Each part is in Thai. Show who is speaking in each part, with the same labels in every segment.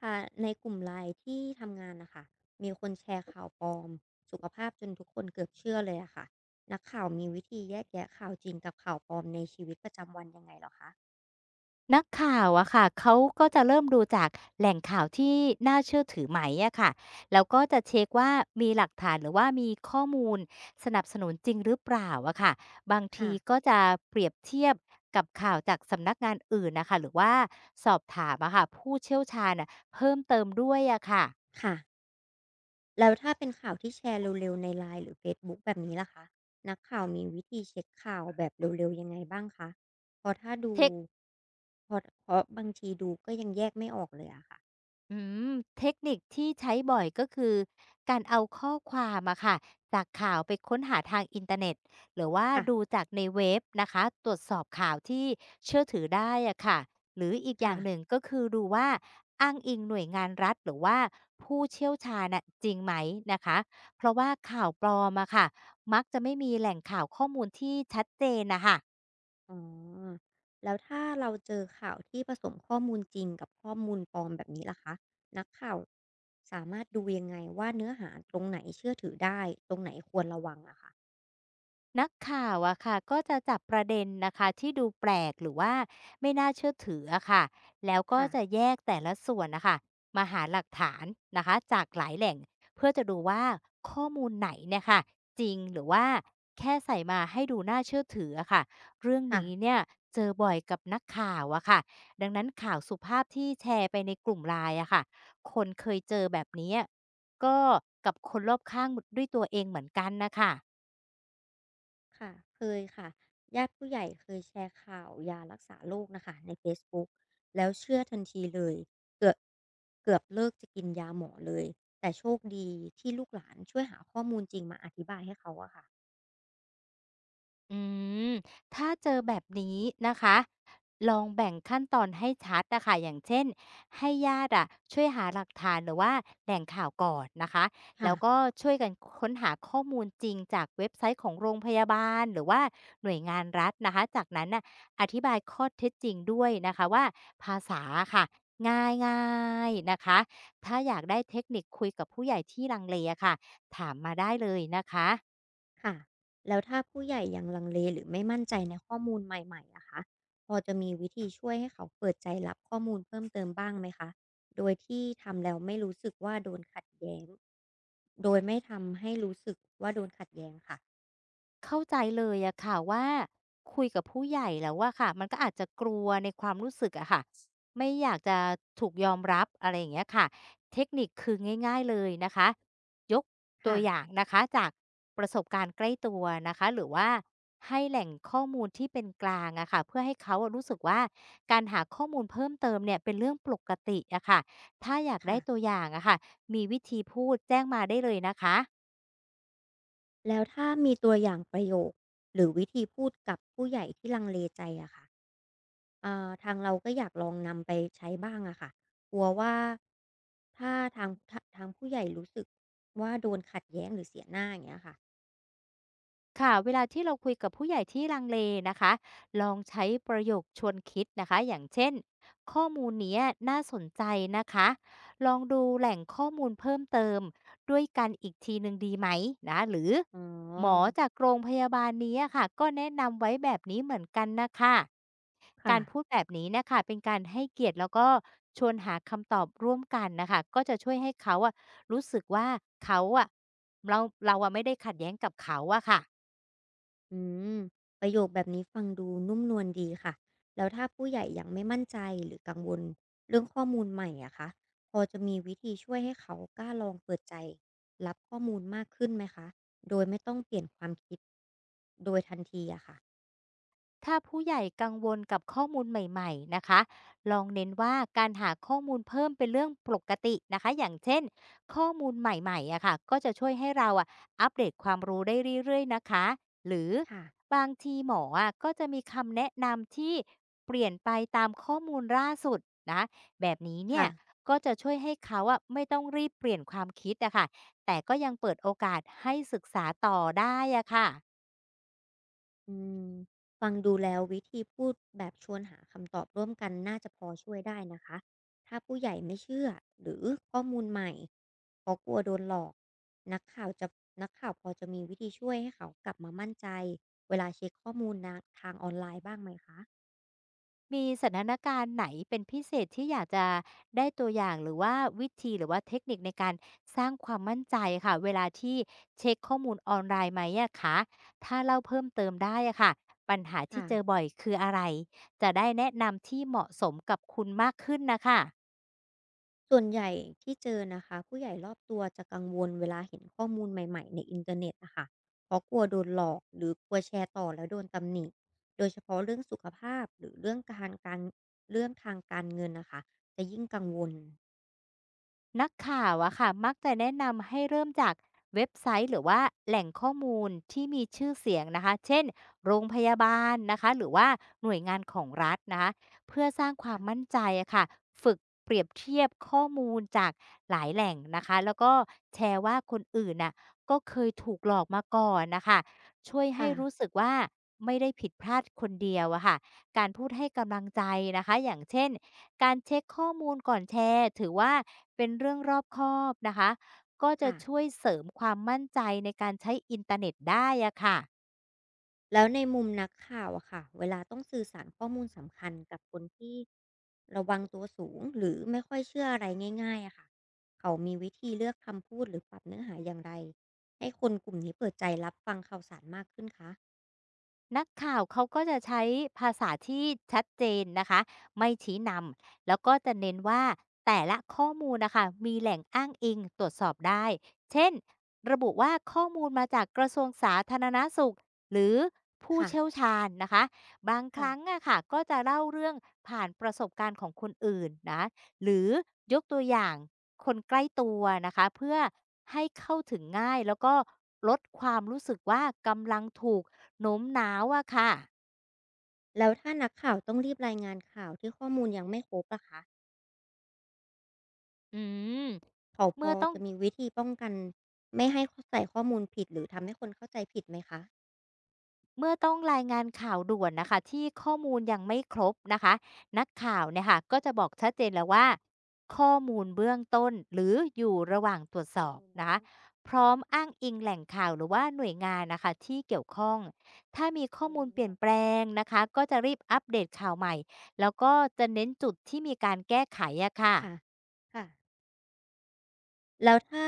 Speaker 1: ค่ะในกลุ่มไลน์ที่ทำงานนะคะมีคนแชร์ข่าวปลอมสุขภาพจนทุกคนเกือบเชื่อเลยอะค่ะนักข่าวมีวิธีแยกแยะข่าวจริงกับข่าวปลอมในชีวิตประจำวันยังไงเหรอคะ
Speaker 2: นักข่าวอะค่ะเขาก็จะเริ่มดูจากแหล่งข่าวที่น่าเชื่อถือไหมอะค่ะแล้วก็จะเช็กว่ามีหลักฐานหรือว่ามีข้อมูลสนับสนุนจริงหรือเปล่าอะค่ะบาง
Speaker 1: ค่ะ
Speaker 2: ทีก็จะเปรียบเทียบกับข่าวจากสำนักงานอื่นนะคะหรือว่าสอบถามอะค่ะผู้เชี่ยวชาญอะเพิ่มเติมด้วยอะค่ะ
Speaker 1: ค่ะแล้วถ้าเป็นข่าวที่แชร์เร็วๆในไลน์หรือเฟซบุ๊กแบบนี้ล่ะคะนักข่าวมีวิธีเช็คข่าวแบบเร็วๆยังไงบ้างคะเพราะถ้าดู
Speaker 2: เทค
Speaker 1: เพราะบางทีดูก็ยังแยกไม่ออกเลยอะค่ะ
Speaker 2: อืมเทคนิคที่ใช้บ่อยก็คือการเอาข้อความอะค่ะจากข่าวไปค้นหาทางอินเทอร์เน็ตหรือว่า
Speaker 1: ค่ะ
Speaker 2: ดูจากในเว็บนะคะตรวจสอบข่าวที่เชื่อถือได้อะค่ะหรืออีกอย่า
Speaker 1: ค่ะ
Speaker 2: งหนึ่งก็คือดูว่าอ้างอิงหน่วยงานรัฐหรือว่าผู้เชี่ยวชาญน่ะจริงไหมนะคะเพราะว่าข่าวปลอมอะค่ะมักจะไม่มีแหล่งข่าวข้อมูลที่ชัดเจนนะคะ
Speaker 1: อ๋อ แล้วถ้าเราเจอข่าวที่ผสมข้อมูลจริงกับข้อมูลปลอมแบบนี้ล่ะคะนักข่าวสามารถดูยังไงว่าเนื้อหาตรงไหนเชื่อถือได้ตรงไหนควรระวังอะค่ะ
Speaker 2: นักข่าวอะค่ะก็จะจับประเด็นนะคะที่ดูแปลกหรือว่าไม่น่าเชื่อถืออะค่ะแล้วก็
Speaker 1: ค่ะ
Speaker 2: จะแยกแต่ละส่วนนะคะมาหาหลักฐานนะคะจากหลายแหล่งเพื่อจะดูว่าข้อมูลไหนเนี่ยค่ะจริงหรือว่าแค่ใส่มาให้ดูน่าเชื่อถืออะค่ะเรื่อง
Speaker 1: ค่ะ
Speaker 2: นี้เนี่ยเจอบ่อยกับนักข่าวอะค่ะดังนั้นข่าวสุภาพที่แชร์ไปในกลุ่มไลน์อะค่ะคนเคยเจอแบบนี้ก็กับคนรอบข้างด้วยตัวเองเหมือนกันนะคะ
Speaker 1: ค่ะเคยค่ะญาติผู้ใหญ่เคยแชร์ข่าวยารักษาโรคนะคะใน Facebook แล้วเชื่อทันทีเลยเกือบเกือบเลิกจะกินยาหมอเลยแต่โชคดีที่ลูกหลานช่วยหาข้อมูลจริงมาอธิบายให้เขาอะค่ะ
Speaker 2: อืมถ้าเจอแบบนี้นะคะลองแบ่งขั้นตอนให้ชัดนะคะอย่างเช่นให้ญาติอะช่วยหาหลักฐานหรือว่าแหล่งข่าวก่อนนะคะ
Speaker 1: ค่ะ
Speaker 2: แล้วก็ช่วยกันค้นหาข้อมูลจริงจากเว็บไซต์ของโรงพยาบาลหรือว่าหน่วยงานรัฐนะคะจากนั้นน่ะอธิบายข้อเท็จจริงด้วยนะคะว่าภาษาค่ะง่ายง่ายนะคะถ้าอยากได้เทคนิคคุยกับผู้ใหญ่ที่ลังเลอะค่ะถามมาได้เลยนะคะ
Speaker 1: ค่ะแล้วถ้าผู้ใหญ่ยังลังเลหรือไม่มั่นใจในข้อมูลใหม่ๆอะคะพอจะมีวิธีช่วยให้เขาเปิดใจรับข้อมูลเพิ่มเติมบ้างไหมคะโดยที่ทำแล้วไม่รู้สึกว่าโดนขัดแย้งโดยไม่ทำให้รู้สึกว่าโดนขัดแย้งค่ะ
Speaker 2: เข้าใจเลยอะค่ะว่าคุยกับผู้ใหญ่แล้วอะค่ะมันก็อาจจะกลัวในความรู้สึกอะค่ะไม่อยากจะถูกยอมรับอะไรอย่างเงี้ยค่ะเทคนิคคือง่ายๆเลยนะคะยกตั
Speaker 1: ค่ะ
Speaker 2: วอย่างนะคะจากประสบการณ์ใกล้ตัวนะคะหรือว่าให้แหล่งข้อมูลที่เป็นกลางอะค่ะเพื่อให้เขาอะรู้สึกว่าการหาข้อมูลเพิ่มเติมเนี่ยเป็นเรื่องปกติอะค่ะถ้าอยากได้
Speaker 1: ค่ะ
Speaker 2: ตัวอย่างอะค่ะมีวิธีพูดแจ้งมาได้เลยนะคะ
Speaker 1: แล้วถ้ามีตัวอย่างประโยคหรือวิธีพูดกับผู้ใหญ่ที่ลังเลใจอะค่ะ ทางเราก็อยากลองนำไปใช้บ้างอะค่ะ กลัวว่าถ้าทางผู้ใหญ่รู้สึกว่าโดนขัดแย้งหรือเสียหน้าอย่างเงี้ยค่ะ
Speaker 2: ค่ะเวลาที่เราคุยกับผู้ใหญ่ที่ลังเลนะคะลองใช้ประโยคชวนคิดนะคะอย่างเช่นข้อมูลเนี้ยน่าสนใจนะคะลองดูแหล่งข้อมูลเพิ่มเติมด้วยกันอีกทีหนึ่งดีไหมนะหรือ
Speaker 1: อ๋อ
Speaker 2: หมอจากโรงพยาบาลนี้อะค่ะก็แนะนำไว้แบบนี้เหมือนกันนะคะ
Speaker 1: ค่ะ
Speaker 2: การพูดแบบนี้นะคะเป็นการให้เกียรติแล้วก็ชวนหาคำตอบร่วมกันนะคะก็จะช่วยให้เขาอะรู้สึกว่าเขาอะเราเราอะไม่ได้ขัดแย้งกับเขาอะค่ะ
Speaker 1: อืมประโยคแบบนี้ฟังดูนุ่มนวลดีค่ะ แล้วถ้าผู้ใหญ่ยังไม่มั่นใจหรือกังวลเรื่องข้อมูลใหม่อะคะพอจะมีวิธีช่วยให้เขากล้าลองเปิดใจรับข้อมูลมากขึ้นไหมคะโดยไม่ต้องเปลี่ยนความคิดโดยทันทีอะค่ะ
Speaker 2: ถ้าผู้ใหญ่กังวลกับข้อมูลใหม่ๆนะคะลองเน้นว่าการหาข้อมูลเพิ่มเป็นเรื่องปกตินะคะอย่างเช่นข้อมูลใหม่ๆอะค่ะก็จะช่วยให้เราอะอัปเดตความรู้ได้เรื่อยๆนะคะหรือ
Speaker 1: ค่ะ
Speaker 2: บางทีหมออะก็จะมีคำแนะนำที่เปลี่ยนไปตามข้อมูลล่าสุดนะแบบนี้เนี่
Speaker 1: ค่ะ
Speaker 2: ยก็จะช่วยให้เขาอะไม่ต้องรีบเปลี่ยนความคิดอะค่ะแต่ก็ยังเปิดโอกาสให้ศึกษาต่อได้อะค่ะ
Speaker 1: อืมฟังดูแล้ววิธีพูดแบบชวนหาคำตอบร่วมกันน่าจะพอช่วยได้นะคะถ้าผู้ใหญ่ไม่เชื่อหรือข้อมูลใหม่เพราะกลัวโดนหลอกนักข่าวจะนักข่าวพอจะมีวิธีช่วยให้เขากลับมามั่นใจเวลาเช็คข้อมูลนะทางออนไล์บ้างไหมคะ
Speaker 2: มีสถานการณ์ไหนเป็นพิเศษที่อยากจะได้ตัวอย่างหรือว่าวิธีหรือว่าเทคนิคในการสร้างความมั่นใจค่ะเวลาที่เช็คข้อมูลออนไลน์ไหมอะคะถ้าเล่าเพิ่มเติมได้อะค่ะปัญหาที่
Speaker 1: ค่ะ
Speaker 2: เจอบ่อยคืออะไรจะได้แนะนำที่เหมาะสมกับคุณมากขึ้นน่ะค่ะ
Speaker 1: ส่วนใหญ่ที่เจอนะคะผู้ใหญ่รอบตัวจะกังวลเวลาเห็นข้อมูลใหม่ๆในอินเทอร์เน็ตนะคะเพราะกลัวโดนหลอกหรือกลัวแชร์ต่อแล้วโดนตำหนิโดยเฉพาะเรื่องสุขภาพหรือเรื่องการการเรื่องทางการเงินนะคะจะยิ่งกังวล
Speaker 2: นักข่าวอะค่ะมักจะแนะนำให้เริ่มจากเว็บไซต์หรือว่าแหล่งข้อมูลที่มีชื่อเสียงนะคะเช่นโรงพยาบาลนะคะหรือว่าหน่วยงานของรัฐนะคะเพื่อสร้างความมั่น
Speaker 1: ค่ะ
Speaker 2: ใจอะค่ะฝึกเปรียบเทียบข้อมูลจากหลายแหล่งนะคะแล้วก็แชร์ว่าคนอื่นน่ะก็เคยถูกหลอกมาก่อนนะคะช่วยให้
Speaker 1: ค่ะ
Speaker 2: รู้สึกว่าไม่ได้ผิดพลาดคนเดียวอะค่ะการพูดให้กำลังใจนะคะอย่างเช่น การเช็คข้อมูลก่อนแชร์ถือว่าเป็นเรื่องรอบคอบนะคะ ก็จะ
Speaker 1: ค่ะ
Speaker 2: ช่วยเสริมความมั่นใจในการใช้อินเทอร์เน็ตได้อะค่ะ
Speaker 1: แล้วในมุมนักข่าวอะค่ะเวลาต้องสื่อสารข้อมูลสำคัญกับคนที่ระวังตัวสูงหรือไม่ค่อยเชื่ออะไรง่ายๆอะค่ะเขามีวิธีเลือกคำพูดหรือปรับเนื้อหาอย่างไรให้คนกลุ่มนี้เปิดใจรับฟังข่าวสารมากขึ้นคะ
Speaker 2: นักข่าวเขาก็จะใช้ภาษาที่ชัดเจนนะคะไม่ชี้นำแล้วก็จะเน้นว่าแต่ละข้อมูลนะคะมีแหล่งอ้างอิงตรวจสอบได้เช่นระบุว่าข้อมูลมาจากกระทรวงสาธารณสุขหรือผู้
Speaker 1: ค่ะ
Speaker 2: เชี่ยวชาญนะคะบางค
Speaker 1: ค่ะ
Speaker 2: รั้งอะค่ะก็จะเล่าเรื่องผ่านประสบการณ์ของคนอื่นนะหรือยกตัวอย่างคนใกล้ตัวนะคะเพื่อให้เข้าถึงง่ายแล้วก็ลดความรู้สึกว่ากำลังถูก โน้มน้าวอะค่ะ
Speaker 1: แล้วถ้านักข่าวต้องรีบรายงานข่าวที่ข้อมูลยังไม่ครบอะคะ
Speaker 2: อืม
Speaker 1: เขาพ
Speaker 2: เมื่
Speaker 1: อ
Speaker 2: อต้อง
Speaker 1: จะมีวิธีป้องกันไม่ให้ใส่ข้อมูลผิดหรือทำให้คนเข้าใจผิดไหมคะ
Speaker 2: เมื่อต้องรายงานข่าวด่วนนะคะที่ข้อมูลยังไม่ครบนะคะนักข่าวเนี่ยค่ะก็จะบอกชัดเจนแล้วว่าข้อมูลเบื้องต้นหรืออยู่ระหว่างตรวจสอบนะคะพร้อมอ้างอิงแหล่งข่าวหรือว่าหน่วยงานนะคะที่เกี่ยวข้องถ้ามีข้อมูลเปลี่ยนแปลงนะคะก็จะรีบอัปเดตข่าวใหม่แล้วก็จะเน้นจุดที่มีการแก้ไขอะค่ะ
Speaker 1: ค่ะค่ะ แล้วถ้า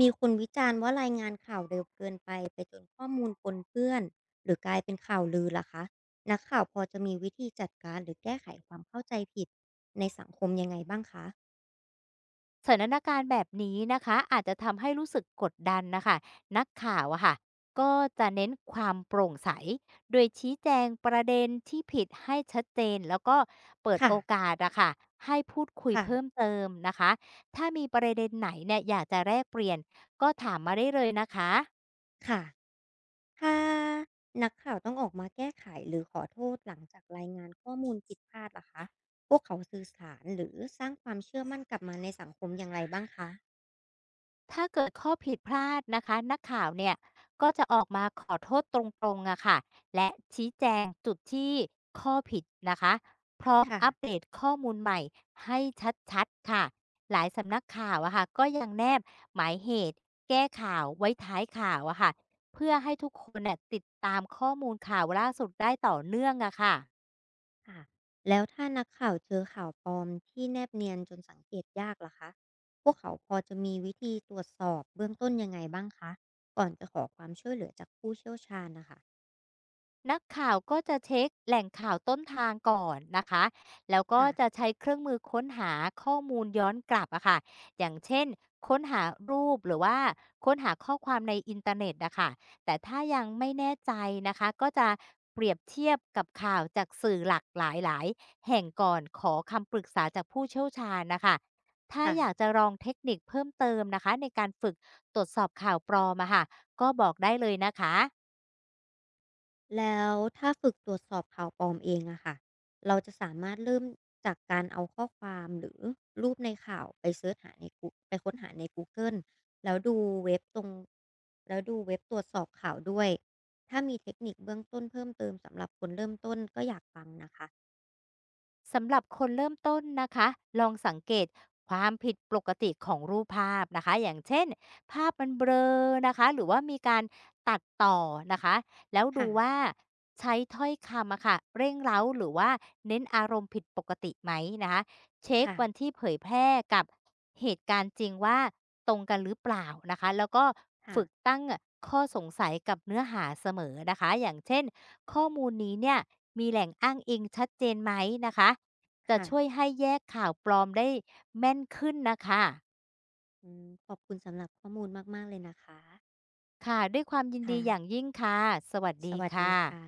Speaker 1: มีคนวิจารณ์ว่ารายงานข่าวเร็วเกินไปจนข้อมูลปนเปื้อนหรือกลายเป็นข่าวลือล่ะคะนักข่าวพอจะมีวิธีจัดการหรือแก้ไขความเข้าใจผิดในสังคมยังไงบ้างคะ
Speaker 2: สถานการณ์แบบนี้นะคะอาจจะทำให้รู้สึกกดดันนะคะนักข่าวอะค่ะก็จะเน้นความโปร่งใสโดยชี้แจงประเด็นที่ผิดให้ชัดเจนแล้วก็เปิด
Speaker 1: ค่ะ
Speaker 2: โอกาสอะค่ะให้พูดคุย
Speaker 1: ค่ะ
Speaker 2: เพิ่มเติมนะคะถ้ามีประเด็นไหนเนี่ยอยากจะแลกเปลี่ยนก็ถามมาได้เลยนะคะ
Speaker 1: ค่ะถ้านักข่าวต้องออกมาแก้ไขหรือขอโทษหลังจากรายงานข้อมูลผิดพลาดล่ะคะพวกเขาสื่อสารหรือสร้างความเชื่อมั่นกลับมาในสังคมอย่างไรบ้างคะ
Speaker 2: ถ้าเกิดข้อผิดพลาดนะคะนักข่าวเนี่ยก็จะออกมาขอโทษตรงๆอะค่ะและชี้แจงจุดที่ข้อผิดนะคะพร้อม
Speaker 1: ค่ะ
Speaker 2: อัปเดตข้อมูลใหม่ให้ชัดๆค่ะหลายสำนักข่าวอะค่ะก็ยังแนบหมายเหตุแก้ข่าวไว้ท้ายข่าวอะค่ะเพื่อให้ทุกคนเนี่ยติดตามข้อมูลข่าวล่าสุดได้ต่อเนื่องอะค่ะ
Speaker 1: ค่ะแล้วถ้านักข่าวเจอข่าวปลอมที่แนบเนียนจนสังเกตยากล่ะคะ พวกเขาพอจะมีวิธีตรวจสอบเบื้องต้นยังไงบ้างคะ ก่อนจะขอความช่วยเหลือจากผู้เชี่ยวชาญนะคะ
Speaker 2: นักข่าวก็จะเช็คแหล่งข่าวต้นทางก่อนนะคะแล้วก็จะ
Speaker 1: ค่ะ
Speaker 2: ใช้เครื่องมือค้นหาข้อมูลย้อนกลับอะค่ะอย่างเช่นค้นหารูปหรือว่าค้นหาข้อความในอินเทอร์เน็ตนะคะแต่ถ้ายังไม่แน่ใจนะคะก็จะเปรียบเทียบกับข่าวจากสื่อหลักหลายหลายแห่งก่อนขอคำปรึกษาจากผู้เชี่ยวชาญนะคะถ้า
Speaker 1: ค่ะ
Speaker 2: อยากจะลองเทคนิคเพิ่มเติมนะคะในการฝึกตรวจสอบข่าวปลอมอะค่ะก็บอกได้เลยนะคะ
Speaker 1: แล้วถ้าฝึกตรวจสอบข่าวปลอมเองอะค่ะเราจะสามารถเริ่มจากการเอาข้อความหรือรูปในข่าวไปเสิร์ชหาในกูไปค้นหาใน Google แล้วดูเว็บตรงแล้วดูเว็บตรวจสอบข่าวด้วยถ้ามีเทคนิคเบื้องต้นเพิ่มเติมสำหรับคนเริ่มต้นก็อยากฟังนะคะ
Speaker 2: สำหรับคนเริ่มต้นนะคะลองสังเกตความผิดปกติของรูปภาพนะคะอย่างเช่นภาพมันเบลอนะคะหรือว่ามีการตัดต่อนะคะแล้วดู
Speaker 1: ค่ะ
Speaker 2: ว่าใช้ถ้อยคำอะค่ะเร่งเร้าหรือว่าเน้นอารมณ์ผิดปกติไหมนะคะเช็ค
Speaker 1: ค่ะ
Speaker 2: วันที่เผยแพร่กับเหตุการณ์จริงว่าตรงกันหรือเปล่านะคะแล้วก็
Speaker 1: ค่ะ
Speaker 2: ฝึกตั้งข้อสงสัยกับเนื้อหาเสมอนะคะอย่างเช่น ข้อมูลนี้เนี่ยมีแหล่งอ้างอิงชัดเจนไหมนะคะจะ
Speaker 1: ค่ะ
Speaker 2: ช่วยให้แยกข่าวปลอมได้แม่นขึ้นนะคะ
Speaker 1: อืมขอบคุณสำหรับข้อมูลมากๆเลยนะคะ
Speaker 2: ค่ะด้วยความยิน
Speaker 1: ค่ะ
Speaker 2: ดีอย่างยิ่งค่ะสวัส
Speaker 1: ส
Speaker 2: ดี
Speaker 1: วัสดี
Speaker 2: ค่ะ
Speaker 1: ค่ะ